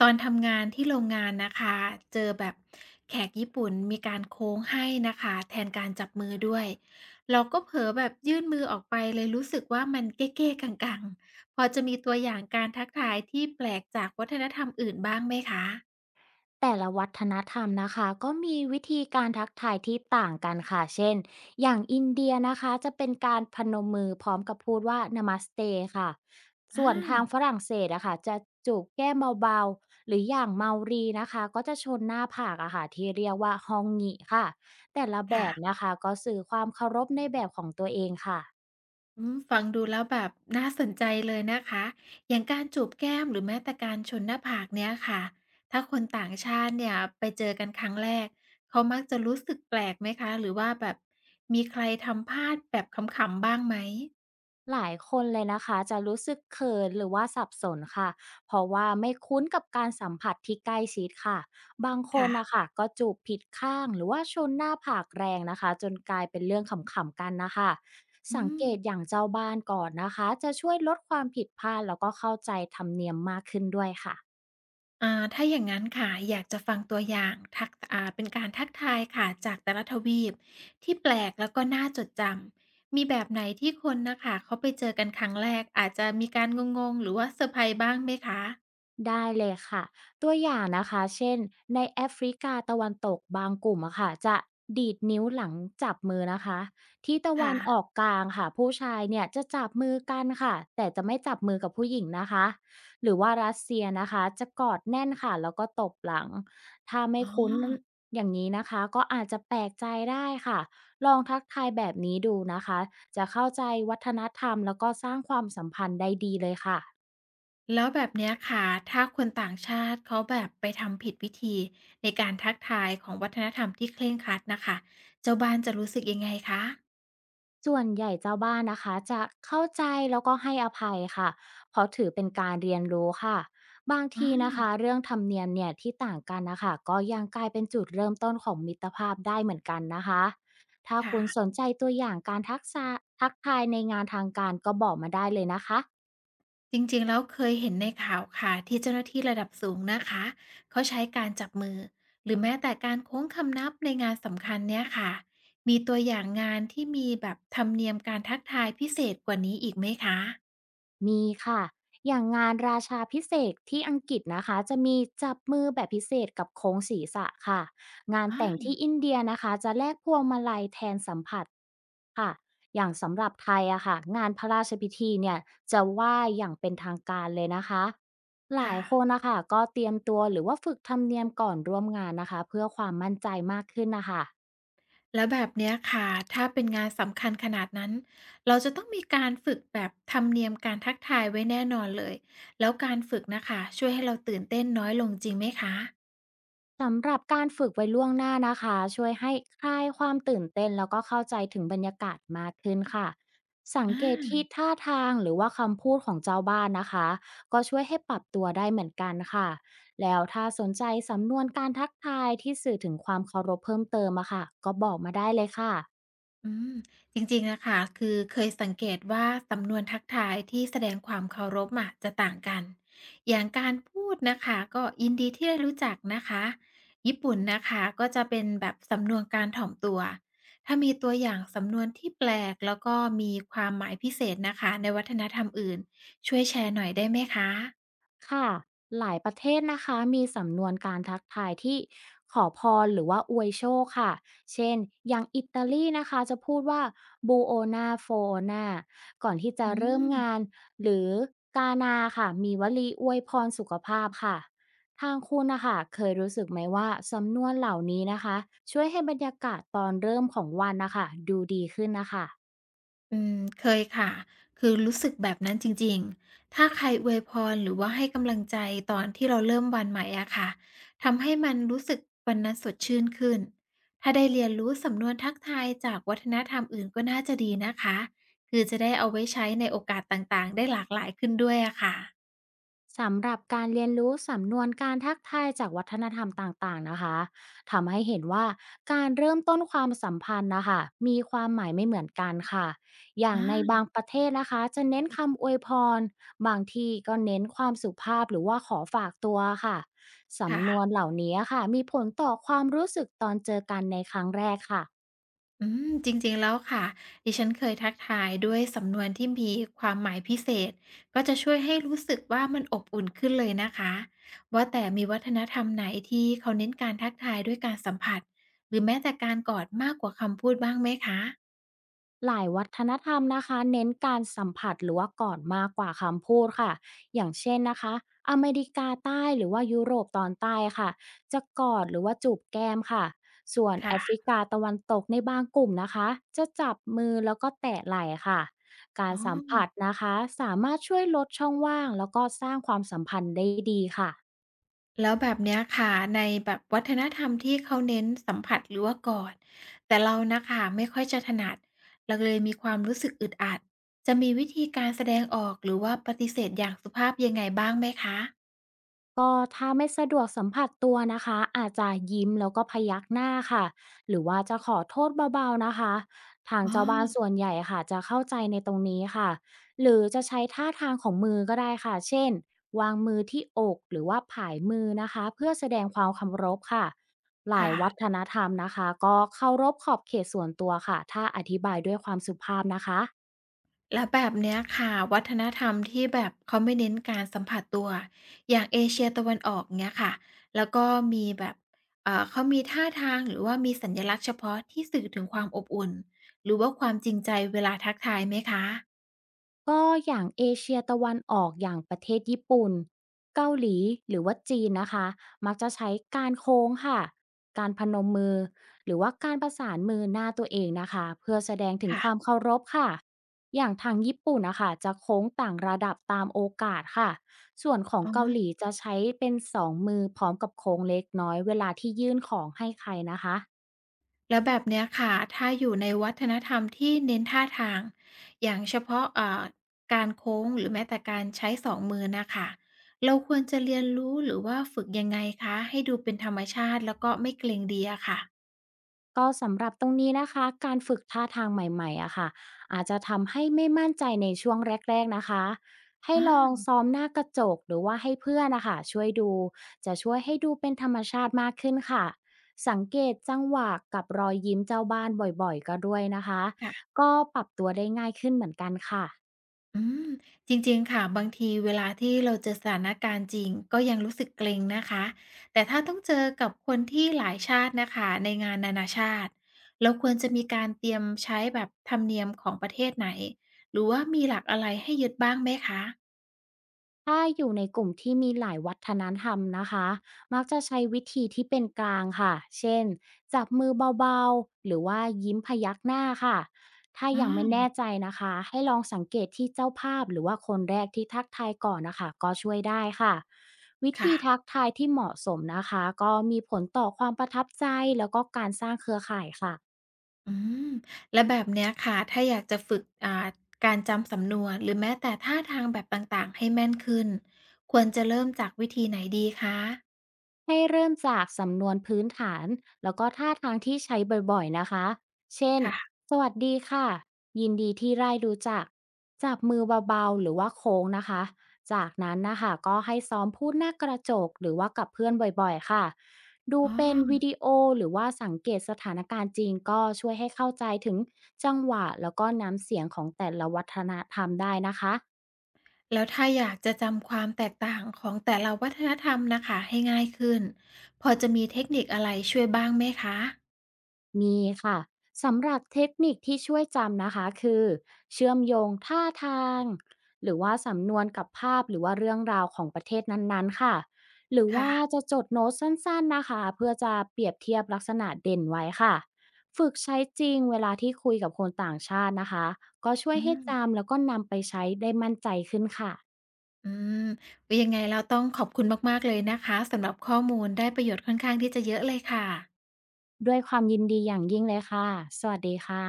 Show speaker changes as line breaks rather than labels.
ตอนทำงานที่โรงงานนะคะเจอแบบแขกญี่ปุ่นมีการโค้งให้นะคะแทนการจับมือด้วยเราก็เผลอแบบยื่นมือออกไปเลยรู้สึกว่ามันเก้ๆกังๆพอจะมีตัวอย่างการทักทายที่แปลกจากวัฒนธรรมอื่นบ้างไหมคะ
แต่ละวัฒนธรรมนะคะก็มีวิธีการทักทายที่ต่างกันค่ะเช่นอย่างอินเดียนะคะจะเป็นการพนมมือพร้อมกับพูดว่า Namaste ค่ะ
อ่
ส่วนทางฝ
า
รั่งเศสอะค่ะจะจูบแก้มเบาๆหรืออย่างเมารีนะคะก็จะชนหน้าผากอะค่ะที่เรียกว่าฮองงิค่ะแต่ละแบ
ค่ะ
บนะคะก็สื่อความเคารพในแบบของตัวเองค่ะ
ฟังดูแล้วแบบน่าสนใจเลยนะคะอย่างการจูบแก้มหรือแม้แต่การชนหน้าผากเนี่ยค่ะถ้าคนต่างชาติเนี่ยไปเจอกันครั้งแรกเขามักจะรู้สึกแปลกไหมคะหรือว่าแบบมีใครทำพลาดแบบขำๆบ้างไหม
หลายคนเลยนะคะจะรู้สึกเขินหรือว่าสับสนค่ะเพราะว่าไม่คุ้นกับการสัมผัสที่ใกล้ชิดค่ะบางค
ค่ะ
นนะคะก็จูบผิดข้างหรือว่าชนหน้าผากแรงนะคะจนกลายเป็นเรื่องขำๆกันนะคะ
อื
สัง
ม
เกตอย่างเจ้าบ้านก่อนนะคะจะช่วยลดความผิดพลาดแล้วก็เข้าใจธรรมเนียมมากขึ้นด้วยค่ะ
ถ้าอย่างนั้นค่ะ อยากจะฟังตัวอย่างทักอ่าเป็นการทักทายค่ะจากแต่ละทวีปที่แปลกแล้วก็น่าจดจำ มีแบบไหนที่คนนะคะเขาไปเจอกันครั้งแรกอาจจะมีการงงๆหรือว่าเซอร์ไพรส์บ้างไหมคะ
ได้เลยค่ะตัวอย่างนะคะเช่นในแอฟริกาตะวันตกบางกลุ่มอะค่ะจะดีดนิ้วหลังจับมือนะคะที่ตะวันอ
ค่ะ
อกกลางค่ะผู้ชายเนี่ยจะจับมือกันค่ะแต่จะไม่จับมือกับผู้หญิงนะคะหรือว่ารัสเซียนะคะจะกอดแน่นค่ะแล้วก็ตบหลังถ้าไม่
อ๋
คุ้น
อ
อย่างนี้นะคะก็อาจจะแปลกใจได้ค่ะลองทักทายแบบนี้ดูนะคะจะเข้าใจวัฒนธรรมแล้วก็สร้างความสัมพันธ์ได้ดีเลยค่ะ
แล้วแบบเนี้ยค่ะ ถ้าคนต่างชาติเขาแบบไปทำผิดวิธีในการทักทายของวัฒนธรรมที่เคร่งครัดนะคะเจ้าบ้านจะรู้สึกยังไงคะ
ส่วนใหญ่เจ้าบ้านนะคะจะเข้าใจแล้วก็ให้อภัยค่ะเพราะถือเป็นการเรียนรู้ค่ะบางทีนะคะ
ออ
เรื่องธรรมเนียมเนี่ยที่ต่างกันนะคะก็ยังกลายเป็นจุดเริ่มต้นของมิตรภาพได้เหมือนกันนะคะถ้า
ค่ะ
คุณสนใจตัวอย่างการทักษะทักทายในงานทางการก็บอกมาได้เลยนะคะ
จริงๆแล้วเคยเห็นในข่าวค่ะที่เจ้าหน้าที่ระดับสูงนะคะเขาใช้การจับมือหรือแม้แต่การโค้งคำนับในงานสำคัญเนี่ยค่ะมีตัวอย่างงานที่มีแบบธรรมเนียมการทักทายพิเศษกว่านี้อีกไหมคะ
มีค่ะอย่างงานราชาพิเศษกที่อังกฤษนะคะจะมีจับมือแบบพิเศษกับโค้งศีรษะค่ะงานแต่ง
อา
ที่อินเดียนะคะจะแลกพวงมาลัยแทนสัมผัส ค่ะอย่างสำหรับไทยอะค่ะงานพระราชพิธีเนี่ยจะไหว้อย่างเป็นทางการเลยนะคะ หลา
ค่ะ
ยคนนะคะก็เตรียมตัวหรือว่าฝึกธรรมเนียมก่อนร่วมงานนะคะเพื่อความมั่นใจมากขึ้นนะคะ
แล้วแบบเนี้ยค่ะถ้าเป็นงานสำคัญขนาดนั้นเราจะต้องมีการฝึกแบบธรรมเนียมการทักทายไว้แน่นอนเลยแล้วการฝึกนะคะช่วยให้เราตื่นเต้นน้อยลงจริงไหมคะ
สำหรับการฝึกไว้ล่วงหน้านะคะช่วยให้คลายความตื่นเต้นแล้วก็เข้าใจถึงบรรยากาศมากขึ้นค่ะสัง
อ
เกต
า
ที่ท่าทางหรือว่าคำพูดของเจ้าบ้านนะคะก็ช่วยให้ปรับตัวได้เหมือนกันค่ะแล้วถ้าสนใจสำนวนการทักทายที่สื่อถึงความเคารพเพิ่มเติมอะค่ะก็บอกมาได้เลยค่ะ
อืมจริงๆ นะคะ คือเคยสังเกตว่าสำนวนทักทายที่แสดงความเคารพอะจะต่างกัน อย่างการพูดนะคะก็ยินดีที่ได้รู้จักนะคะ ญี่ปุ่นนะคะก็จะเป็นแบบสำนวนการถ่อมตัว ถ้ามีตัวอย่างสำนวนที่แปลกแล้วก็มีความหมายพิเศษนะคะในวัฒนธรรมอื่นช่วยแชร์หน่อยได้ไหมคะ
ค่ะหลายประเทศนะคะมีสำนวนการทักทายที่ขอพรหรือว่าอวยโชคค่ะเช่นอย่างอิตาลีนะคะจะพูดว่า buona fortuna ก่อนที่จะ
อื
เริ่มงาน
ม
หรือกานาค่ะมีวลีอวยพรสุขภาพค่ะทางคุณนะคะเคยรู้สึกไหมว่าสำนวนเหล่านี้นะคะช่วยให้บรรยากาศตอนเริ่มของวันนะคะดูดีขึ้นนะคะ
อืมเคยค่ะ คือรู้สึกแบบนั้นจริงๆ ถ้าใครอวยพรหรือว่าให้กำลังใจตอนที่เราเริ่มวันใหม่อะค่ะทำให้มันรู้สึกวันนั้นสดชื่นขึ้น ถ้าได้เรียนรู้สำนวนทักทายจากวัฒนธรรมอื่นก็น่าจะดีนะคะ คือจะได้เอาไว้ใช้ในโอกาสต่างๆ ได้หลากหลายขึ้นด้วยอะค่ะ
สำหรับการเรียนรู้สำนวนการทักทายจากวัฒนธรรมต่างๆนะคะทำให้เห็นว่าการเริ่มต้นความสัมพันธ์นะคะมีความหมายไม่เหมือนกันค่ะอย่างในบา
อา
งประเทศนะคะจะเน้นคำอวยพรบางที่ก็เน้นความสุภาพหรือว่าขอฝากตัวค่ะ
ค่ะ
สำนวนเหล่านี้ค่ะมีผลต่อความรู้สึกตอนเจอกันในครั้งแรกค่ะ
จริงๆแล้วค่ะดิฉันเคยทักทายด้วยสำนวนที่มีความหมายพิเศษก็จะช่วยให้รู้สึกว่ามันอบอุ่นขึ้นเลยนะคะว่าแต่มีวัฒนธรรมไหนที่เขาเน้นการทักทายด้วยการสัมผัสหรือแม้แต่การกอดมากกว่าคำพูดบ้างไหมคะ
หลายวัฒนธรรมนะคะเน้นการสัมผัสหรือว่าก่อนมากกว่าคำพูดค่ะอย่างเช่นนะคะอเมริกาใต้หรือว่ายุโรปตอนใต้ค่ะจะกอดหรือว่าจูบแก้มค่ะส่วนแอฟริ
ค่ะ
กาตะวันตกในบางกลุ่มนะคะจะจับมือแล้วก็แตะไหล่ค่ะกา
อ๋
ร
อ
สัมผัสนะคะสามารถช่วยลดช่องว่างแล้วก็สร้างความสัมพันธ์ได้ดีค่ะ
แล้วแบบเนี้ยค่ะในแบบวัฒนธรรมที่เขาเน้นสัมผัสหรือว่ากอดแต่เรานะคะไม่ค่อยจะถนัดเราเลยมีความรู้สึกอึดอัดจะมีวิธีการแสดงออกหรือว่าปฏิเสธอย่างสุภาพยังไงบ้างไหมคะ
ก็ถ้าไม่สะดวกสัมผัสตัวนะคะอาจจะยิ้มแล้วก็พยักหน้าค่ะหรือว่าจะขอโทษเบาๆนะคะทาง
อ๋อ
เจ้าบ้านส่วนใหญ่ค่ะจะเข้าใจในตรงนี้ค่ะหรือจะใช้ท่าทางของมือก็ได้ค่ะเช่นวางมือที่อกหรือว่าผายมือนะคะเพื่อแสดงความเคารพค่ะหลา
ค่ะ
ยวัฒนธรรมนะคะก็เคารพขอบเขตส่วนตัวค่ะถ้าอธิบายด้วยความสุภาพนะคะ
แล้วแบบเนี้ยค่ะวัฒนธรรมที่แบบเขาไม่เน้นการสัมผัสตัวอย่างเอเชียตะวันออกเนี้ยค่ะแล้วก็มีแบบเขามีท่าทางหรือว่ามีสัญลักษณ์เฉพาะที่สื่อถึงความอบอุ่นหรือว่าความจริงใจเวลาทักทายไหมคะ
ก็อย่างเอเชียตะวันออกอย่างประเทศญี่ปุ่นเกาหลีหรือว่าจีนนะคะมักจะใช้การโค้งค่ะการพนมมือหรือว่าการประสานมือหน้าตัวเองนะคะเพื่อแสดงถึง
ค่ะ
ความเคารพค่ะอย่างทางญี่ปุ่นนะคะจะโค้งต่างระดับตามโอกาสค่ะส่วนของ
อ๋อ
เกาหลีจะใช้เป็นสองมือพร้อมกับโค้งเล็กน้อยเวลาที่ยื่นของให้ใครนะคะ
แล้วแบบเนี้ยค่ะ ถ้าอยู่ในวัฒนธรรมที่เน้นท่าทางอย่างเฉพาะการโค้งหรือแม้แต่การใช้สองมือนะคะ เราควรจะเรียนรู้หรือว่าฝึกยังไงคะให้ดูเป็นธรรมชาติแล้วก็ไม่เกรงดีอะค่ะ
ก็สำหรับตรงนี้นะคะการฝึกท่าทางใหม่ๆอะค่ะอาจจะทำให้ไม่มั่นใจในช่วงแรกๆนะคะให้
อา
ลองซ้อมหน้ากระจกหรือว่าให้เพื่อนนะคะช่วยดูจะช่วยให้ดูเป็นธรรมชาติมากขึ้นค่ะสังเกตจังหวะกับรอยยิ้มเจ้าบ้านบ่อยๆก็ด้วยนะคะ
ค่ะ
ก็ปรับตัวได้ง่ายขึ้นเหมือนกันค่ะ
อืมจริงๆ ค่ะบางทีเวลาที่เราเจอสถานการณ์จริงก็ยังรู้สึกเกรงนะคะแต่ถ้าต้องเจอกับคนที่หลายชาตินะคะในงานนานาชาติเราควรจะมีการเตรียมใช้แบบธรรมเนียมของประเทศไหนหรือว่ามีหลักอะไรให้ยึดบ้างไหมคะ
ถ้าอยู่ในกลุ่มที่มีหลายวัฒนธรรมนะคะ มักจะใช้วิธีที่เป็นกลางค่ะ เช่นจับมือเบาๆหรือว่ายิ้มพยักหน้าค่ะ ถ้า
อา
ยังไม่แน่ใจนะคะ ให้ลองสังเกตที่เจ้าภาพหรือว่าคนแรกที่ทักทายก่อนนะคะ ก็ช่วยได้ค่ะ วิ
ค่ะ
ธีทักทายที่เหมาะสมนะคะ ก็มีผลต่อความประทับใจแล้วก็การสร้างเครือข่ายค่ะ
อืมและแบบเนี้ยค่ะถ้าอยากจะฝึกการจำสำนวนหรือแม้แต่ท่าทางแบบต่างๆให้แม่นขึ้นควรจะเริ่มจากวิธีไหนดีคะ
ให้เริ่มจากสำนวนพื้นฐานแล้วก็ท่าทางที่ใช้บ่อยๆนะคะ เช่น
ค่ะ
สวัสดีค่ะ ยินดีที่ได้รู้จักจับมือเบาๆหรือว่าโค้งนะคะ จากนั้นนะคะก็ให้ซ้อมพูดหน้ากระจกหรือว่ากับเพื่อนบ่อยๆค่ะ ดู
อ๋
เป็นวิ
อ
ดีโอหรือว่าสังเกตสถานการณ์จริงก็ช่วยให้เข้าใจถึงจังหวะแล้วก็น้ำเสียงของแต่ละวัฒนธรรมได้นะคะ
แล้วถ้าอยากจะจำความแตกต่างของแต่ละวัฒนธรรมนะคะให้ง่ายขึ้นพอจะมีเทคนิคอะไรช่วยบ้างไหมคะ
มีค่ะสำหรับเทคนิคที่ช่วยจำนะคะคือเชื่อมโยงท่าทางหรือว่าสำนวนกับภาพหรือว่าเรื่องราวของประเทศนั้นๆค่ะหรือว่า
ค่ะ
จะจดโน้ตสั้นๆนะคะเพื่อจะเปรียบเทียบลักษณะเด่นไว้ค่ะฝึกใช้จริงเวลาที่คุยกับคนต่างชาตินะคะก็ช่ว
อื
ยให้
ม
จำแล้วก็นำไปใช้ได้มั่นใจขึ้นค่ะ
อืมยังไงเราต้องขอบคุณมากๆเลยนะคะสำหรับข้อมูลได้ประโยชน์ค่อนข้างที่จะเยอะเลยค่ะ
ด้วยความยินดีอย่างยิ่งเลยค่ะสวัสดีค่ะ